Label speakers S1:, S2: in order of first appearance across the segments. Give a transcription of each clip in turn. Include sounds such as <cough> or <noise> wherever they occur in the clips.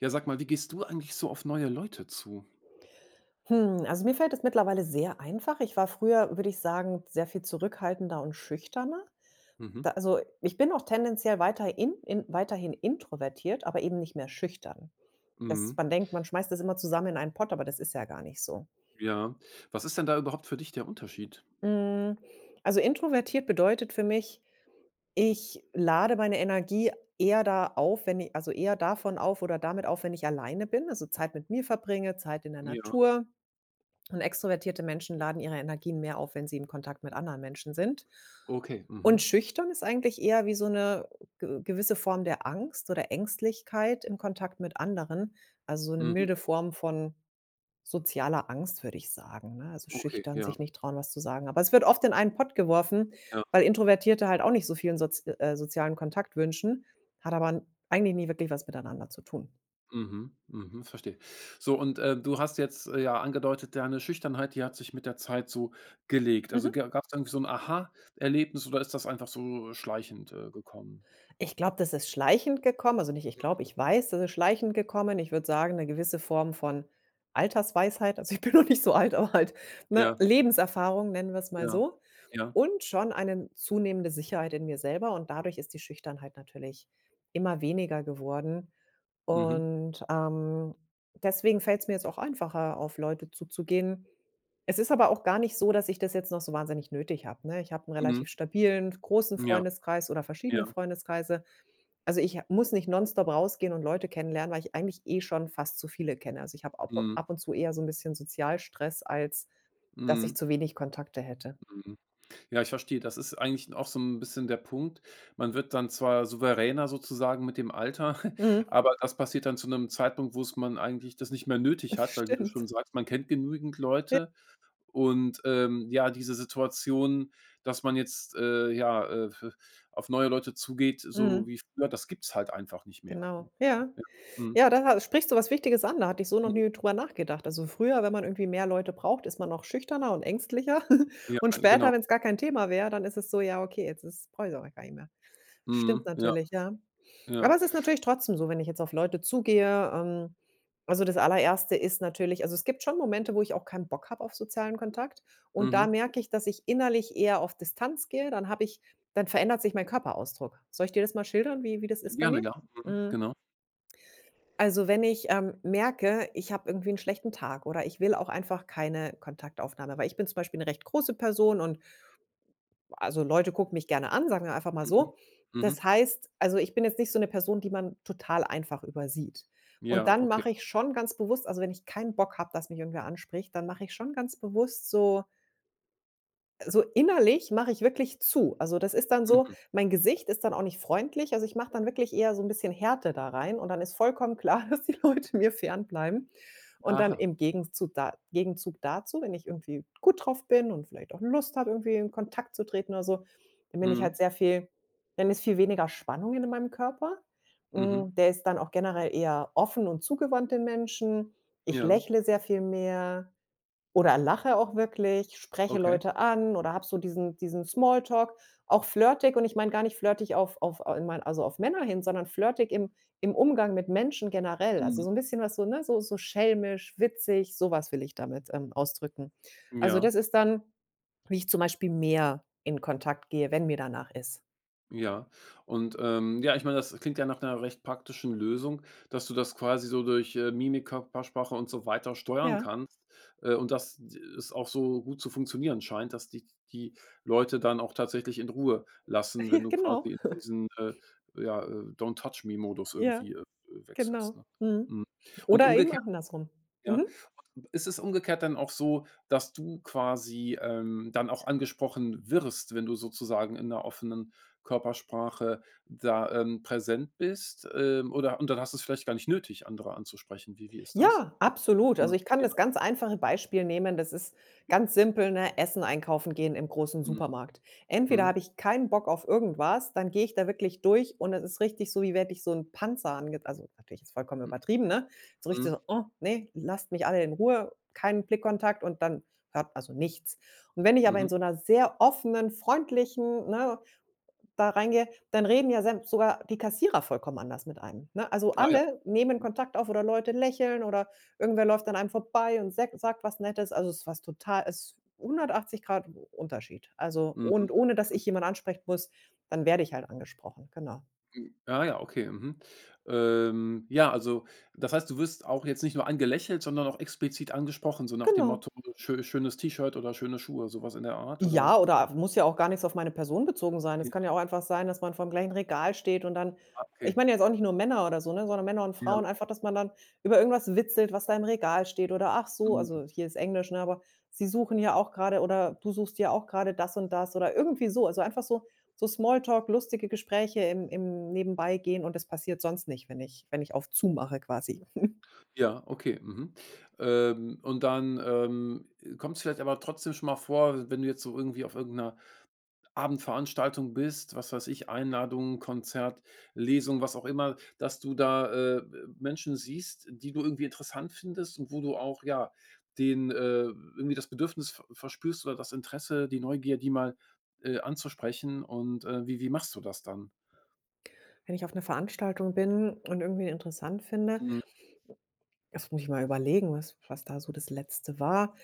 S1: Ja, sag mal, wie gehst du eigentlich so auf neue Leute zu?
S2: Also mir fällt es mittlerweile sehr einfach. Ich war früher, würde ich sagen, sehr viel zurückhaltender und schüchterner.
S1: Mhm.
S2: Also ich bin auch tendenziell weiter weiterhin introvertiert, aber eben nicht mehr schüchtern.
S1: Mhm.
S2: Man denkt, man schmeißt das immer zusammen in einen Pott, aber das ist ja gar nicht so.
S1: Ja. Was ist denn da überhaupt für dich der Unterschied?
S2: Mm, Also introvertiert bedeutet für mich, ich lade meine Energie eher da auf, wenn ich, also eher davon auf oder damit auf, wenn ich alleine bin, also Zeit mit mir verbringe, Zeit in der
S1: Ja,
S2: Natur. Und extrovertierte Menschen laden ihre Energien mehr auf, wenn sie im Kontakt mit anderen Menschen sind.
S1: okay. Mhm.
S2: Und schüchtern ist eigentlich eher wie so eine ge gewisse Form der Angst oder Ängstlichkeit im Kontakt mit anderen, also so eine
S1: Mhm.
S2: milde Form von sozialer Angst, würde ich sagen, ne? Also,
S1: Okay,
S2: schüchtern,
S1: ja,
S2: sich nicht trauen, was zu sagen. Aber es wird oft in einen Pott geworfen,
S1: ja.
S2: weil Introvertierte halt auch nicht so vielen sozialen Kontakt wünschen, hat aber eigentlich nie wirklich was miteinander zu tun.
S1: Mhm. Mhm. Verstehe. So und, du hast jetzt, ja angedeutet, deine Schüchternheit, die hat sich mit der Zeit so gelegt. Also,
S2: Mhm.
S1: gab es irgendwie so ein Aha-Erlebnis oder ist das einfach so schleichend, gekommen?
S2: Ich glaube, das ist schleichend gekommen. Also nicht ich glaube, ich weiß, das ist schleichend gekommen. Ich würde sagen, eine gewisse Form von Altersweisheit. Also, ich bin <laughs> noch nicht so alt, aber halt, ne,
S1: Ja,
S2: Lebenserfahrung, nennen wir es mal
S1: ja,
S2: so.
S1: ja.
S2: Und schon eine zunehmende Sicherheit in mir selber und dadurch ist die Schüchternheit natürlich immer weniger geworden.
S1: Mhm.
S2: Und deswegen fällt es mir jetzt auch einfacher, auf Leute zuzugehen. Es ist aber auch gar nicht so, dass ich das jetzt noch so wahnsinnig nötig habe, ne? Ich habe 'n
S1: Mhm.
S2: relativ stabilen, großen
S1: Ja,
S2: Freundeskreis oder verschiedene
S1: ja.
S2: Freundeskreise. Also, ich muss nicht nonstop rausgehen und Leute kennenlernen, weil ich eigentlich eh schon fast zu viele kenne. Also, ich habe ab
S1: Mhm.
S2: ab und zu eher so 'n bisschen Sozialstress, als dass ich
S1: Mhm.
S2: zu wenig Kontakte hätte.
S1: Mhm. Ja, ich verstehe. Das ist eigentlich auch so ein bisschen der Punkt. Man wird dann zwar souveräner sozusagen mit dem Alter, <laughs>
S2: Mhm.
S1: aber das passiert dann zu einem Zeitpunkt, wo es man eigentlich das nicht mehr
S2: <laughs>
S1: nötig hat, weil wie du
S2: Stimmt.
S1: schon sagst, man kennt genügend
S2: Ja.
S1: Leute und, ja, diese Situation, dass man jetzt, ja, f auf neue Leute zugeht, so
S2: Mhm.
S1: wie früher, das gibt's halt einfach nicht mehr, ne?
S2: Genau. Ja.
S1: Ja. Mhm.
S2: Ja, da ha sprichst du was Wichtiges an, da hatte ich so noch
S1: Mhm.
S2: nie drüber nachgedacht. Also, früher, wenn man irgendwie mehr Leute braucht, ist man noch schüchterner und ängstlicher <laughs>
S1: Ja,
S2: und
S1: genau.
S2: später, wenn es gar kein Thema wäre, dann ist es so: „Ja, okay, jetzt ist brauche ich's auch gar nicht mehr." Stimmt
S1: Mhm. Ja,
S2: natürlich, ja. Aber
S1: ja.
S2: es ist natürlich trotzdem so, wenn ich jetzt auf Leute zugehe, also, das Allererste ist natürlich, also, es gibt schon Momente, wo ich auch keinen Bock habe auf sozialen Kontakt. Und da
S1: Mhm.
S2: merke ich, dass ich innerlich eher auf Distanz gehe, dann habe ich dann verändert sich mein Körperausdruck. Soll ich dir das mal schildern, wie das ist bei
S1: Gerne,
S2: mir?
S1: ja. Mhm.
S2: Mhm.
S1: Genau.
S2: Also, wenn ich, merke, ich habe irgendwie einen schlechten Tag oder ich will auch einfach keine Kontaktaufnahme, weil ich bin zum Beispiel eine recht große Person und also, Leute gucken mich gerne an, sagen wir einfach mal
S1: Mhm.
S2: so. Das
S1: Mhm.
S2: heißt, also, ich bin jetzt nicht so eine Person, die man total einfach übersieht. Und
S1: Ja,
S2: dann
S1: okay.
S2: mache ich schon ganz bewusst, also, wenn ich keinen Bock habe, dass mich irgendwer anspricht, dann mache ich schon ganz bewusst so, innerlich mache ich wirklich zu. Also, das ist dann so,
S1: Mhm.
S2: mein Gesicht ist dann auch nicht freundlich. Also, ich mache dann wirklich eher so ein bisschen Härte da rein und dann ist vollkommen klar, <laughs> dass die Leute mir fernbleiben. Und dann
S1: Aha.
S2: im Gegenzug, da Gegenzug dazu, wenn ich irgendwie gut drauf bin und vielleicht auch Lust habe, irgendwie in Kontakt zu treten oder so, dann bin ich
S1: Mhm.
S2: halt sehr viel dann ist viel weniger Spannung in meinem Körper.
S1: Mhm.
S2: Der ist dann auch generell eher offen und zugewandt den Menschen. Ich
S1: Ja,
S2: lächle sehr viel mehr. Oder lache auch wirklich, spreche
S1: okay.
S2: Leute an oder habe so diesen Smalltalk, auch flirtig, und ich meine gar nicht flirtig auf in mein also auf Männer hin, sondern flirtig im Umgang mit Menschen generell. Also,
S1: Mhm.
S2: so ein bisschen was so, ne, so schelmisch, witzig, sowas will ich damit, ausdrücken. Also,
S1: Ja,
S2: das ist dann, wie ich zum Beispiel mehr in Kontakt gehe, wenn mir danach ist.
S1: ja. Und, ja, ich meine, das klingt ja nach einer recht praktischen Lösung, dass du das quasi so durch, Mimik, Körpersprache und so weiter steuern
S2: Ja,
S1: kannst, und dass d es auch so gut zu funktionieren scheint, dass dich die Leute dann auch tatsächlich in Ruhe lassen,
S2: <laughs> ja,
S1: wenn du
S2: genau.
S1: quasi in diesen, ja, Don't Touch Me Modus
S2: Ja,
S1: irgendwie, wechselst,
S2: genau.
S1: ne?
S2: Mhm.
S1: Mhm. Und
S2: Oder eben
S1: umgekehrt,
S2: auch andersrum.
S1: ja?
S2: Mhm.
S1: Ist es umgekehrt dann auch so, dass du quasi, dann auch angesprochen wirst, wenn du sozusagen in der offenen Körpersprache da, präsent bist, oder und dann hast du es vielleicht gar nicht nötig, andere anzusprechen. Wie ist das?
S2: Ja, absolut.
S1: Mhm,
S2: Also, ich kann
S1: ja,
S2: das ganz einfache Beispiel nehmen. Das ist ganz simpel, ne, Essen einkaufen gehen im großen
S1: mhm,
S2: Supermarkt. Entweder
S1: mhm,
S2: habe ich keinen Bock auf irgendwas, dann gehe ich da wirklich durch und es ist richtig so, wie werde ich so ein Panzer ange also, natürlich ist vollkommen übertrieben, ne? So richtig
S1: mhm,
S2: so: „Oh, ne, lasst mich alle in Ruhe, keinen Blickkontakt", und dann hört also nichts. Und wenn ich aber
S1: mhm,
S2: in so einer sehr offenen, freundlichen, ne, da reingehe, dann reden ja selbst sogar die Kassierer vollkommen anders mit einem, ne? Also,
S1: ah ja,
S2: alle nehmen
S1: mhm,
S2: Kontakt auf oder Leute lächeln oder irgendwer läuft an einem vorbei und säg sagt was Nettes. Also, es ist 180 Grad Unterschied. Also,
S1: mhm,
S2: und ohne dass ich jemanden ansprechen muss, dann werde ich halt angesprochen, genau.
S1: ah ja, okay, mhm. Ja, also, das heißt, du wirst auch jetzt nicht nur angelächelt, sondern auch explizit angesprochen, so nach dem
S2: Genau.
S1: Motto: „ schönes T-Shirt" oder „schöne Schuhe", sowas in der Art, oder?
S2: Ja, oder muss ja auch gar nichts auf meine Person bezogen sein. Es
S1: Ja,
S2: kann ja auch einfach sein, dass man vorm gleichen Regal steht und dann, ich
S1: okay.
S2: meine jetzt auch nicht nur Männer oder so, ne, sondern Männer und
S1: Ja,
S2: Frauen, einfach, dass man dann über irgendwas witzelt, was da im Regal steht, oder: „Ach so", also
S1: mhm.
S2: hier ist Englisch, ne, aber: „Sie suchen ja auch gerade", oder: „Du suchst ja auch gerade das und das", oder irgendwie so. Also einfach so Smalltalk, lustige Gespräche im Nebenbeigehen, und das passiert sonst nicht, wenn ich auf zu mache quasi.
S1: Ja, okay, mhm. Und dann, kommt es vielleicht aber trotzdem schon mal vor, wenn du jetzt so irgendwie auf irgendeiner Abendveranstaltung bist, was weiß ich, Einladung, Konzert, Lesung, was auch immer, dass du da, Menschen siehst, die du irgendwie interessant findest und wo du auch, ja, den, äh irgendwie das Bedürfnis verspürst oder das Interesse, die Neugier, die mal, anzusprechen und, wie machst du das dann?
S2: Wenn ich auf eine Veranstaltung bin und irgendwie interessant finde,
S1: Mhm,
S2: das muss ich mal überlegen, was da so das Letzte war.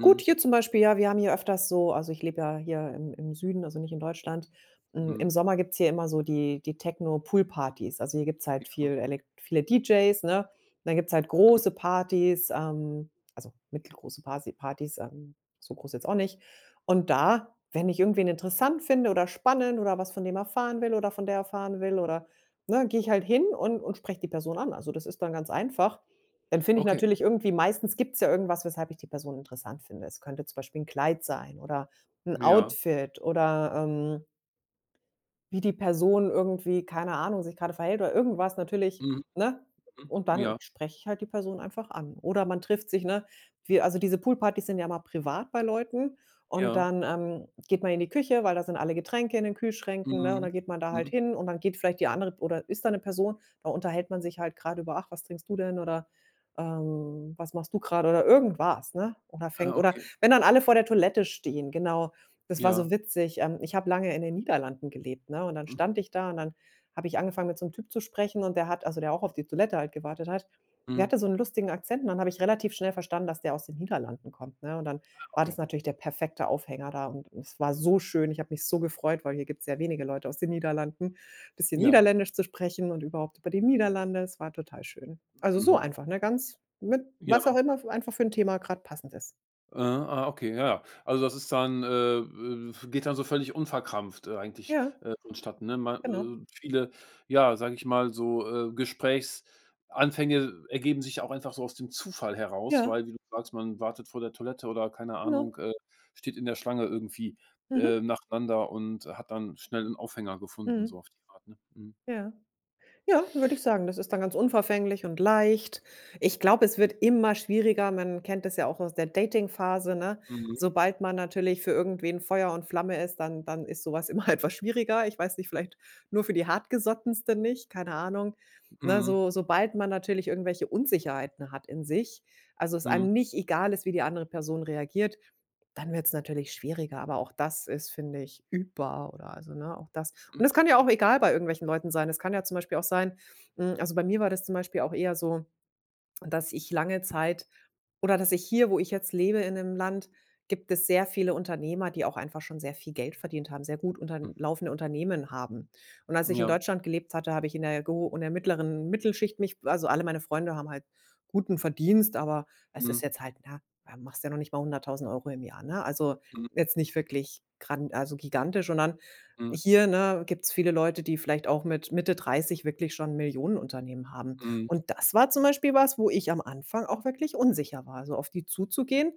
S2: Gut, hier zum Beispiel, ja, wir haben hier öfters so, also ich lebe ja hier im Süden, also nicht in Deutschland. Im
S1: mhm.
S2: Sommer gibt's hier immer so die Techno-Pool-Partys. Also, hier gibt's halt
S1: Ja,
S2: viele DJs, ne? Dann gibt's halt
S1: mhm.
S2: große Partys, also mittelgroße Parsi Partys, so groß jetzt auch nicht. Und da, wenn ich irgendwen interessant finde oder spannend oder was von dem erfahren will oder von der erfahren will oder, ne, gehe ich halt hin und spreche die Person an. Also, das ist dann ganz einfach. Dann finde ich
S1: Okay,
S2: natürlich irgendwie, meistens gibt es ja irgendwas, weshalb ich die Person interessant finde. Es könnte zum Beispiel ein Kleid sein oder ein
S1: ja,
S2: Outfit oder, wie die Person irgendwie, keine Ahnung, sich gerade verhält oder irgendwas natürlich,
S1: mhm.
S2: ne?
S1: Mhm.
S2: Und dann
S1: Ja,
S2: spreche ich halt die Person einfach an. Oder man trifft sich, ne? Wir Also, diese Poolpartys sind ja mal privat bei Leuten, und
S1: ja.
S2: dann, geht man in die Küche, weil da sind alle Getränke in den Kühlschränken, ne? Und
S1: Mhm.
S2: dann geht man da halt
S1: Mhm.
S2: hin und dann geht vielleicht die andere, oder ist da eine Person, da unterhält man sich halt gerade über: „Ach, was trinkst du denn?", oder, „Was machst du gerade", oder irgendwas, ne? Oder
S1: Ah,
S2: fängt, oder
S1: okay.
S2: wenn dann alle vor der Toilette stehen, genau. Das war so
S1: Ja.
S2: witzig. Ich habe lange in den Niederlanden gelebt, ne, und dann
S1: Mhm.
S2: stand ich da und dann habe ich angefangen, mit so 'nem Typ zu sprechen, und der hat, also, der auch auf die Toilette halt gewartet hat, der
S1: Mhm.
S2: hatte so 'n lustigen Akzent, und dann habe ich relativ schnell verstanden, dass der aus den Niederlanden kommt, ne? Und dann war das
S1: Okay.
S2: natürlich der perfekte Aufhänger da, und es war so schön. Ich habe mich so gefreut, weil hier gibt's sehr wenige Leute aus den Niederlanden, bisschen
S1: Ja.
S2: Niederländisch zu sprechen und überhaupt über die Niederlande. Es war total schön. Also, so
S1: Mhm.
S2: einfach, ne, ganz mit was auch
S1: Ja.
S2: immer, f einfach für 'n Thema grad passend ist.
S1: Ah, okay, ja, ja. Also, das ist dann, geht dann so völlig unverkrampft, eigentlich,
S2: Ja,
S1: vonstatten, ne? Ma
S2: genau.
S1: Viele, ja, sage ich mal, so, Gesprächsanfänge ergeben sich auch einfach so aus dem Zufall heraus,
S2: Ja,
S1: weil, wie du sagst, man wartet vor der Toilette oder keine
S2: genau.
S1: Ahnung, steht in der Schlange irgendwie,
S2: Mhm.
S1: nacheinander und hat dann schnell 'n Aufhänger gefunden, so
S2: Mhm.
S1: auf die Art, ne? Mhm.
S2: Ja. Ja, würde ich sagen. Das ist dann ganz unverfänglich und leicht. Ich glaube, es wird immer schwieriger. Man kennt es ja auch aus der Dating-Phase, ne?
S1: Mhm.
S2: Sobald man natürlich für irgendwen Feuer und Flamme ist, dann ist sowas, was immer <laughs> etwas schwieriger. Ich weiß nicht, vielleicht nur für die Hartgesottensten nicht, keine Ahnung. Ne,
S1: Mhm.
S2: sobald man natürlich irgendwelche Unsicherheiten hat in sich, also es
S1: Mhm.
S2: einem nicht egal ist, wie die andere Person reagiert, dann wird es natürlich schwieriger, aber auch das ist, finde ich, übbar, oder, also, ne, auch das, und das kann ja auch egal bei irgendwelchen Leuten sein. Es kann ja zum Beispiel auch sein, also, bei mir war das zum Beispiel auch eher so, dass ich lange Zeit, oder dass ich hier, wo ich jetzt lebe in dem Land, gibt es sehr viele Unternehmer, die auch einfach schon sehr viel Geld verdient haben, sehr gut unter
S1: Mhm.
S2: laufende Unternehmen haben. Und als ich in
S1: Ja.
S2: Deutschland gelebt hatte, habe ich in der geho in der mittleren Mittelschicht mich, also alle meine Freunde haben halt guten Verdienst, aber es ist
S1: Mhm.
S2: jetzt halt, na ja, machst ja noch nicht mal 100.000 Euro im Jahr, ne? Also,
S1: Mhm.
S2: jetzt nicht wirklich gigantisch. Und dann
S1: Mhm.
S2: hier, ne, gibt es viele Leute, die vielleicht auch mit Mitte 30 wirklich schon Millionenunternehmen haben.
S1: Mhm.
S2: Und das war zum Beispiel was, wo ich am Anfang auch wirklich unsicher war. So auf die zuzugehen,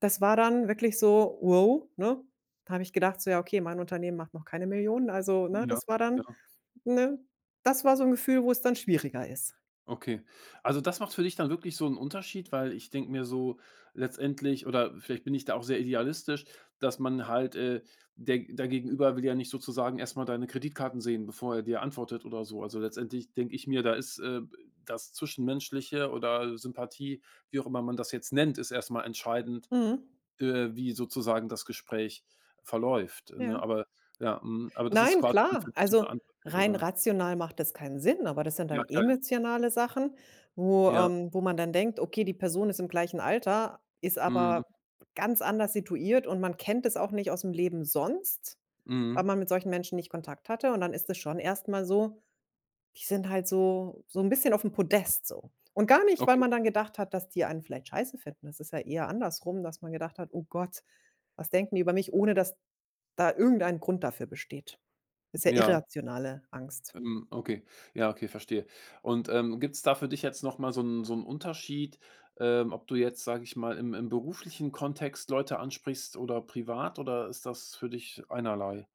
S2: das war dann wirklich so: „Wow“, ne? Da habe ich gedacht so: „Ja, okay, mein Unternehmen macht noch keine Millionen.“ Also, ne,
S1: Ja,
S2: das war dann,
S1: ja.
S2: ne, das war so ein Gefühl, wo es dann schwieriger ist.
S1: Okay. Also, das macht für dich dann wirklich so 'n Unterschied, weil ich denke mir so letztendlich oder vielleicht bin ich da auch sehr idealistisch, dass man halt, der dein Gegenüber will ja nicht sozusagen erst mal deine Kreditkarten sehen, bevor er dir antwortet oder so. Also, letztendlich denke ich mir, da ist, das Zwischenmenschliche oder Sympathie, wie auch immer man das jetzt nennt, ist erst mal entscheidend
S2: Mhm,
S1: wie sozusagen das Gespräch verläuft, ne?
S2: ja.
S1: Aber ja, mhm, aber das ist
S2: Nein,
S1: quasi dann für
S2: klar.
S1: dich so 'ne
S2: Also,
S1: andere Welt,
S2: rein
S1: oder?
S2: rational macht das keinen Sinn, aber das sind
S1: Ja,
S2: dann
S1: ja, ja.
S2: emotionale Sachen, wo
S1: Ja,
S2: wo man dann denkt: „Okay, die Person ist im gleichen Alter, ist
S1: mhm,
S2: aber ganz anders situiert und man kennt es auch nicht aus dem Leben sonst.“ Weil
S1: mhm.
S2: man mit solchen Menschen nicht Kontakt hatte. Und dann ist es schon erstmal so, die sind halt so ein bisschen auf dem Podest so. Und gar nicht, weil
S1: Okay,
S2: man dann gedacht hat, dass die einen vielleicht scheiße finden. Das ist ja eher andersrum, dass man gedacht hat: „Oh Gott, was denken die über mich?“, ohne dass da irgendein Grund dafür besteht. Das ist ja
S1: ja,
S2: irrationale Angst.
S1: okay. Ja, okay, verstehe. Und, gibt's da für dich jetzt noch mal so 'n Unterschied, ob du jetzt, sage ich mal, im beruflichen Kontext Leute ansprichst oder privat oder ist das für dich einerlei?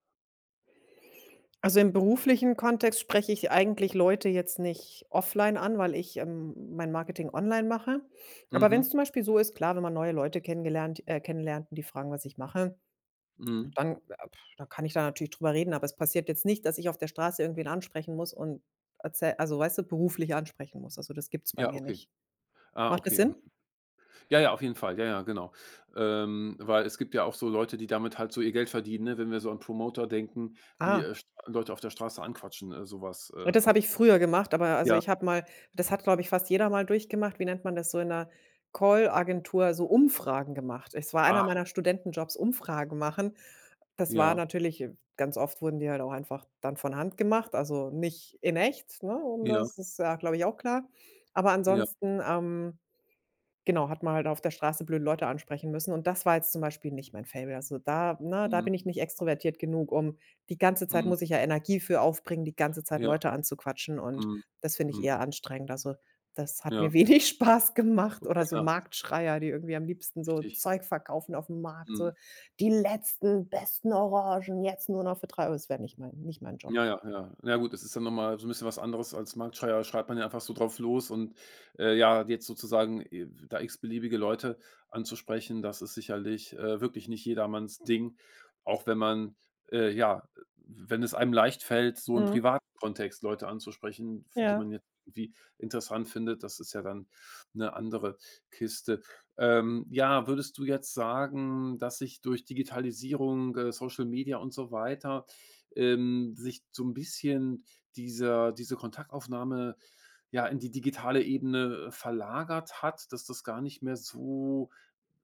S2: Also, im beruflichen Kontext spreche ich eigentlich Leute jetzt nicht offline an, weil ich mein Marketing online mache. Aber wenn es
S1: Mhm,
S2: zum Beispiel so ist, klar, wenn man neue Leute kennengelernt kennenlernt und die fragen, was ich mache,
S1: mhm.
S2: dann dann kann ich da natürlich drüber reden, aber es passiert jetzt nicht, dass ich auf der Straße irgendwen ansprechen muss und weißt du, beruflich ansprechen muss. Also, das gibt's bei
S1: Ja,
S2: mir
S1: okay.
S2: nicht.
S1: Ah,
S2: Macht das
S1: okay,
S2: Sinn?
S1: ja, ja, auf jeden Fall. Ja, ja, genau. Weil es gibt ja auch so Leute, die damit halt so ihr Geld verdienen, ne? Wenn wir so an Promoter denken, die,
S2: Ah,
S1: st Leute auf der Straße anquatschen, so äh.
S2: und das habe ich früher gemacht, aber also,
S1: Ja,
S2: ich habe mal, das hat, glaube ich, fast jeder mal durchgemacht. Wie nennt man das? So in 'ner Call-Agentur so Umfragen gemacht. Es war einer
S1: ach,
S2: meiner Studentenjobs, Umfragen machen. Das war
S1: ja,
S2: natürlich ganz oft wurden die halt auch einfach dann von Hand gemacht, also nicht in echt, ne? Und
S1: ja,
S2: das ist ja, glaube ich, auch klar. Aber
S1: ja,
S2: ansonsten, genau, hat man halt auf der Straße blöde Leute ansprechen müssen und das war jetzt zum Beispiel nicht mein Faible. Also, da, ne, da
S1: mhm,
S2: bin ich nicht extrovertiert genug, um die ganze Zeit muss ich
S1: mhm,
S2: ja Energie für aufbringen, die ganze Zeit
S1: ja,
S2: Leute anzuquatschen und
S1: mhm,
S2: das finde ich
S1: mhm,
S2: eher anstrengend. Also, das hat
S1: ja,
S2: mir wenig <laughs> Spaß gemacht.
S1: okay,
S2: Oder so
S1: ja,
S2: Marktschreier, die irgendwie am liebsten so
S1: richtig,
S2: Zeug verkaufen auf dem Markt,
S1: mhm.
S2: so: „Die letzten, besten Orangen jetzt nur noch für 3 Euro.“ Das wäre nicht mein Job.
S1: Ja, ja, ja. Na ja gut, das ist dann noch mal so ein bisschen was anderes als Marktschreier schreibt man ja einfach so drauf los und, ja, jetzt sozusagen, da x-beliebige Leute anzusprechen, das ist sicherlich, wirklich nicht jedermanns Ding, auch wenn man, ja, wenn es einem leicht fällt, so im
S2: Mhm,
S1: privaten Kontext Leute anzusprechen, f die man
S2: ja.
S1: jetzt irgendwie interessant findet, das ist ja dann eine andere Kiste. Ja, würdest du jetzt sagen, dass sich durch Digitalisierung, Social Media und so weiter sich so ein bisschen diese Kontaktaufnahme, ja, in die digitale Ebene verlagert hat, dass das gar nicht mehr so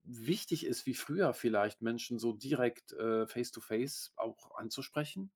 S1: wichtig ist wie früher vielleicht, Menschen so direkt, face to face auch anzusprechen?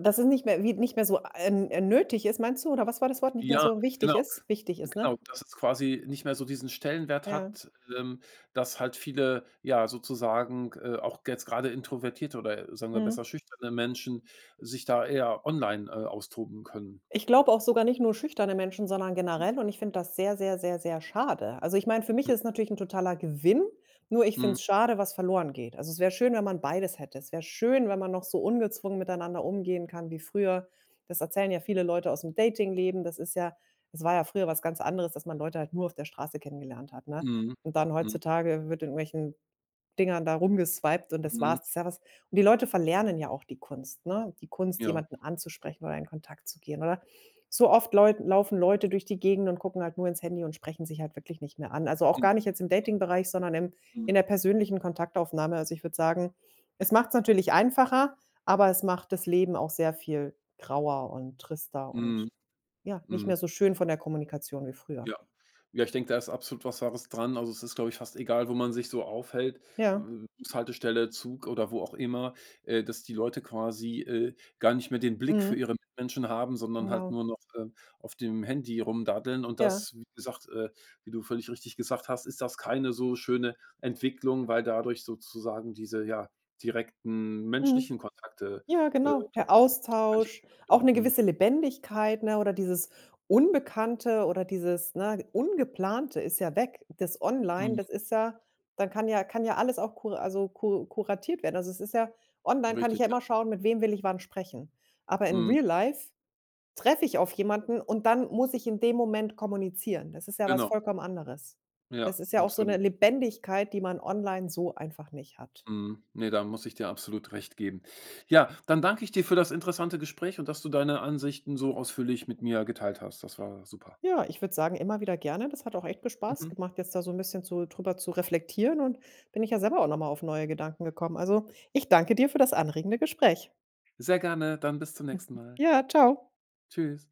S2: Dass es nicht mehr so nötig ist, meinst du, oder was war das Wort? Nicht mehr
S1: Ja,
S2: so wichtig
S1: genau,
S2: ist? Wichtig ist,
S1: genau,
S2: ne?
S1: dass es quasi nicht mehr so diesen Stellenwert
S2: Ja,
S1: hat, ähm, dass halt viele, ja, sozusagen, auch jetzt gerade introvertierte oder sagen wir besser
S2: mhm.
S1: schüchterne Menschen sich da eher online, austoben können.
S2: Ich glaube auch sogar nicht nur schüchterne Menschen, sondern generell und ich finde das sehr, sehr, sehr, sehr schade. Also, ich meine, für mich
S1: Mhm.
S2: ist es natürlich ein totaler Gewinn, nur ich finde
S1: Mhm.
S2: es schade, was verloren geht. Also, es wäre schön, wenn man beides hätte. Es wäre schön, wenn man noch so ungezwungen miteinander umgehen kann wie früher. Das erzählen ja viele Leute aus dem Datingleben. Das ist ja, es war ja früher was ganz anderes, dass man Leute halt nur auf der Straße kennengelernt hat, ne?
S1: Mhm.
S2: Und dann
S1: Mhm.
S2: heutzutage wird in irgendwelchen Dingern da rumgeswiped und das
S1: Mhm.
S2: war's. Das ist ja was, und die Leute verlernen ja auch die Kunst, ne? Die Kunst,
S1: Ja.
S2: jemanden anzusprechen oder in Kontakt zu gehen, oder? So oft Leut laufen Leute durch die Gegend und gucken halt nur ins Handy und sprechen sich halt wirklich nicht mehr an. Also auch
S1: Mhm.
S2: gar nicht jetzt im Dating-Bereich, sondern im in der
S1: Mhm.
S2: persönlichen Kontaktaufnahme. Also, ich würde sagen, es macht's natürlich einfacher, aber es macht das Leben auch sehr viel grauer und trister
S1: Mhm.
S2: und, ja, nicht
S1: Mhm.
S2: mehr so schön von der Kommunikation wie früher.
S1: Ja. Ja, ich denke, da ist absolut was Wahres dran. Also, es ist, glaube ich, fast egal, wo man sich so aufhält,
S2: Ja,
S1: Bushaltestelle, Zug oder wo auch immer, dass die Leute quasi, gar nicht mehr den Blick für
S2: mhm,
S1: ihre Mitmenschen haben, sondern halt
S2: genau.
S1: nur noch, auf dem Handy rumdaddeln. Und
S2: Ja,
S1: das, wie gesagt, wie du völlig richtig gesagt hast, ist das keine so schöne Entwicklung, weil dadurch sozusagen diese, ja, direkten
S2: mhm.
S1: menschlichen Kontakte,
S2: Ja,
S1: äh,
S2: genau. Der
S1: gar nicht mehr
S2: Austausch, auch
S1: stattfinden.
S2: eine
S1: Mhm.
S2: gewisse Lebendigkeit, ne, oder dieses Unbekannte oder dieses, ne, Ungeplante ist ja weg. Das Online,
S1: Mhm.
S2: das ist ja, dann kann ja alles auch kuratiert werden. Also, es ist ja, online kann ich
S1: Richtig,
S2: ja
S1: ja.
S2: immer schauen, mit wem will ich wann sprechen. Aber in
S1: Mhm.
S2: Real Life treffe ich auf jemanden und dann muss ich in dem Moment kommunizieren. Das ist ja was
S1: Genau.
S2: vollkommen anderes.
S1: Ja,
S2: Das ist ja auch so eine
S1: absolut.
S2: Lebendigkeit, die man online so einfach nicht hat.
S1: Mhm. Ne, da muss ich dir absolut recht geben. Ja, dann danke ich dir für das interessante Gespräch und dass du deine Ansichten so ausführlich mit mir geteilt hast. Das war super.
S2: Ja, ich würde sagen, immer wieder gerne. Das hat auch echt Spaß
S1: Mhm.
S2: gemacht, jetzt da so ein bisschen zu drüber zu reflektieren und bin ich ja selber auch noch mal auf neue Gedanken gekommen. Also, ich danke dir für das anregende Gespräch.
S1: Sehr gerne, dann bis zum nächsten
S2: <laughs>
S1: Mal.
S2: Ja, ciao.
S1: Tschüss.